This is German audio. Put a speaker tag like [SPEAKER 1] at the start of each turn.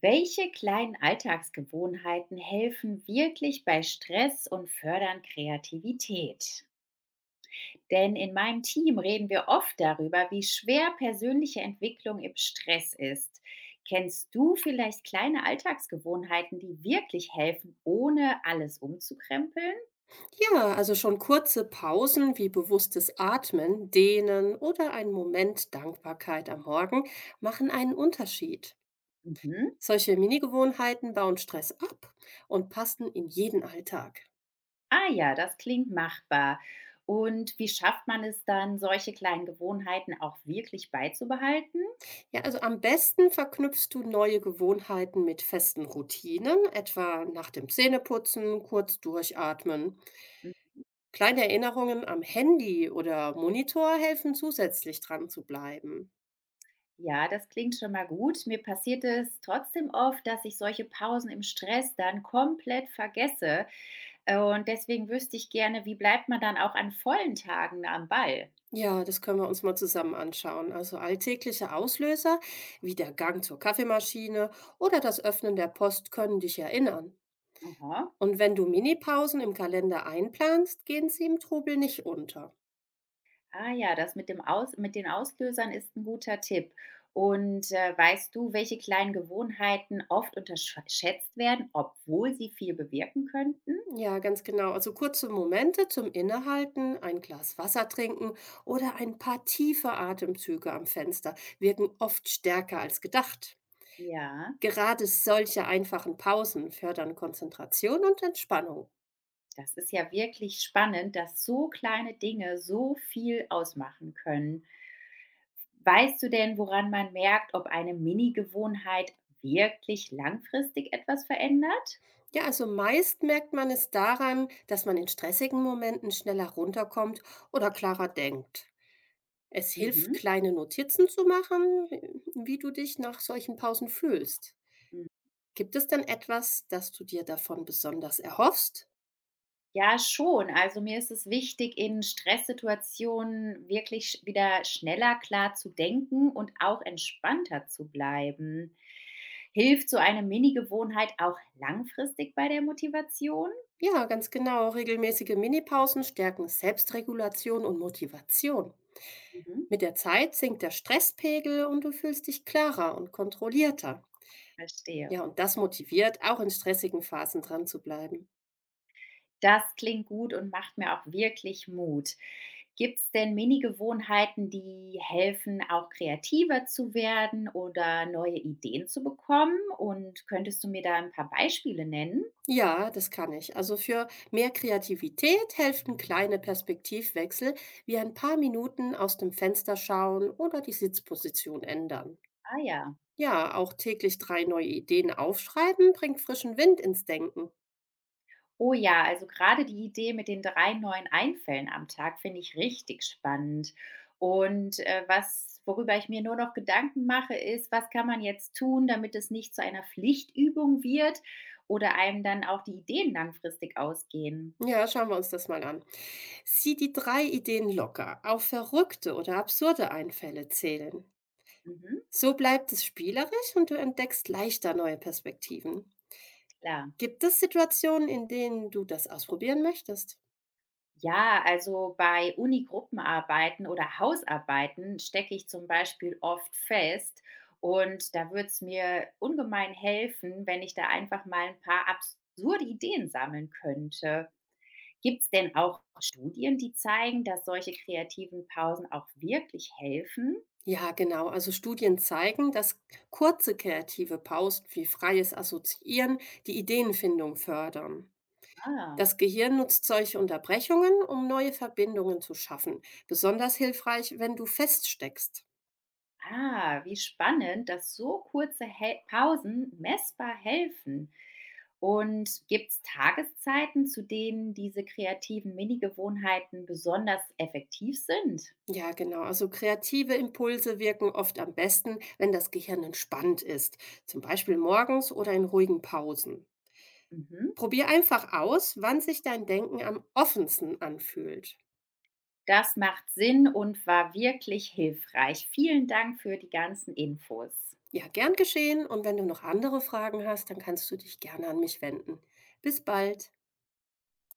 [SPEAKER 1] Welche kleinen Alltagsgewohnheiten helfen wirklich bei Stress und fördern Kreativität? Denn in meinem Team reden wir oft darüber, wie schwer persönliche Entwicklung im Stress ist. Kennst du vielleicht kleine Alltagsgewohnheiten, die wirklich helfen, ohne alles umzukrempeln?
[SPEAKER 2] Ja, also schon kurze Pausen wie bewusstes Atmen, Dehnen oder ein Moment Dankbarkeit am Morgen machen einen Unterschied.
[SPEAKER 1] Mhm.
[SPEAKER 2] Solche Mini-Gewohnheiten bauen Stress ab und passen in jeden Alltag.
[SPEAKER 1] Ah ja, das klingt machbar. Und wie schafft man es dann, solche kleinen Gewohnheiten auch wirklich beizubehalten?
[SPEAKER 2] Ja, also am besten verknüpfst du neue Gewohnheiten mit festen Routinen, etwa nach dem Zähneputzen kurz durchatmen. Kleine Erinnerungen am Handy oder Monitor helfen zusätzlich dran zu bleiben.
[SPEAKER 1] Ja, das klingt schon mal gut. Mir passiert es trotzdem oft, dass ich solche Pausen im Stress dann komplett vergesse. Und deswegen wüsste ich gerne, wie bleibt man dann auch an vollen Tagen am Ball?
[SPEAKER 2] Ja, das können wir uns mal zusammen anschauen. Also alltägliche Auslöser wie der Gang zur Kaffeemaschine oder das Öffnen der Post können dich erinnern.
[SPEAKER 1] Aha.
[SPEAKER 2] Und wenn du Minipausen im Kalender einplanst, gehen sie im Trubel nicht unter.
[SPEAKER 1] Ah ja, das mit dem Aus mit den Auslösern ist ein guter Tipp. Und weißt du, welche kleinen Gewohnheiten oft unterschätzt werden, obwohl sie viel bewirken könnten?
[SPEAKER 2] Ja, ganz genau. Also kurze Momente zum Innehalten, ein Glas Wasser trinken oder ein paar tiefe Atemzüge am Fenster wirken oft stärker als gedacht.
[SPEAKER 1] Ja,
[SPEAKER 2] Gerade solche einfachen Pausen fördern Konzentration und Entspannung.
[SPEAKER 1] das ist ja wirklich spannend, dass so kleine Dinge so viel ausmachen können. Weißt du denn, woran man merkt, ob eine Mini-Gewohnheit wirklich langfristig etwas verändert?
[SPEAKER 2] Ja, also meist merkt man es daran, dass man in stressigen Momenten schneller runterkommt oder klarer denkt. Es hilft,
[SPEAKER 1] Mhm.
[SPEAKER 2] kleine Notizen zu machen, wie du dich nach solchen Pausen fühlst.
[SPEAKER 1] Mhm.
[SPEAKER 2] Gibt es denn etwas, das du dir davon besonders erhoffst?
[SPEAKER 1] Ja, schon. Also mir ist es wichtig, in Stresssituationen wirklich wieder schneller klar zu denken und auch entspannter zu bleiben. Hilft so eine Mini-Gewohnheit auch langfristig bei der Motivation?
[SPEAKER 2] Ja, ganz genau. Regelmäßige Minipausen stärken Selbstregulation und Motivation.
[SPEAKER 1] Mhm.
[SPEAKER 2] Mit der Zeit sinkt der Stresspegel und du fühlst dich klarer und kontrollierter.
[SPEAKER 1] Verstehe.
[SPEAKER 2] Ja, und das motiviert, auch in stressigen Phasen dran zu bleiben.
[SPEAKER 1] Das klingt gut und macht mir auch wirklich Mut. Gibt es denn Mini-Gewohnheiten, die helfen, auch kreativer zu werden oder neue Ideen zu bekommen? Und könntest du mir da ein paar Beispiele nennen?
[SPEAKER 2] Ja, das kann ich. Also für mehr Kreativität helfen kleine Perspektivwechsel, wie ein paar Minuten aus dem Fenster schauen oder die Sitzposition ändern.
[SPEAKER 1] Ah ja.
[SPEAKER 2] Ja, auch täglich drei neue Ideen aufschreiben bringt frischen Wind ins Denken.
[SPEAKER 1] Oh ja, also gerade die Idee mit den 3 neuen Einfällen am Tag finde ich richtig spannend. Und, was worüber ich mir nur noch Gedanken mache, ist: „Was kann man jetzt tun, damit es nicht zu einer Pflichtübung wird oder einem dann auch die Ideen langfristig ausgehen?"
[SPEAKER 2] Ja, schauen wir uns das mal an. Sieh die drei Ideen locker, auf verrückte oder absurde Einfälle zählen.
[SPEAKER 1] Mhm,
[SPEAKER 2] So bleibt es spielerisch und du entdeckst leichter neue Perspektiven.
[SPEAKER 1] klar.
[SPEAKER 2] Gibt es Situationen, in denen du das ausprobieren möchtest?
[SPEAKER 1] Ja, also bei Uni-Gruppenarbeiten oder Hausarbeiten stecke ich zum Beispiel oft fest. Und da würde es mir ungemein helfen, wenn ich da einfach mal ein paar absurde Ideen sammeln könnte. Gibt es denn auch Studien, die zeigen, dass solche kreativen Pausen auch wirklich helfen?
[SPEAKER 2] Ja, genau. Also Studien zeigen, dass kurze kreative Pausen wie freies Assoziieren die Ideenfindung fördern.
[SPEAKER 1] Ah,
[SPEAKER 2] Das Gehirn nutzt solche Unterbrechungen, um neue Verbindungen zu schaffen. Besonders hilfreich, wenn du feststeckst.
[SPEAKER 1] ah wie spannend, dass so kurze Hel Pausen messbar helfen. Und gibt es Tageszeiten, zu denen diese kreativen Mini-Gewohnheiten besonders effektiv sind?
[SPEAKER 2] Ja, genau. Also kreative Impulse wirken oft am besten, wenn das Gehirn entspannt ist. Zum Beispiel morgens oder in ruhigen Pausen.
[SPEAKER 1] Mhm.
[SPEAKER 2] Probier einfach aus, wann sich dein Denken am offensten anfühlt.
[SPEAKER 1] Das macht Sinn und war wirklich hilfreich. Vielen Dank für die ganzen Infos.
[SPEAKER 2] Ja, gern geschehen. Und wenn du noch andere Fragen hast, dann kannst du dich gerne an mich wenden. Bis bald.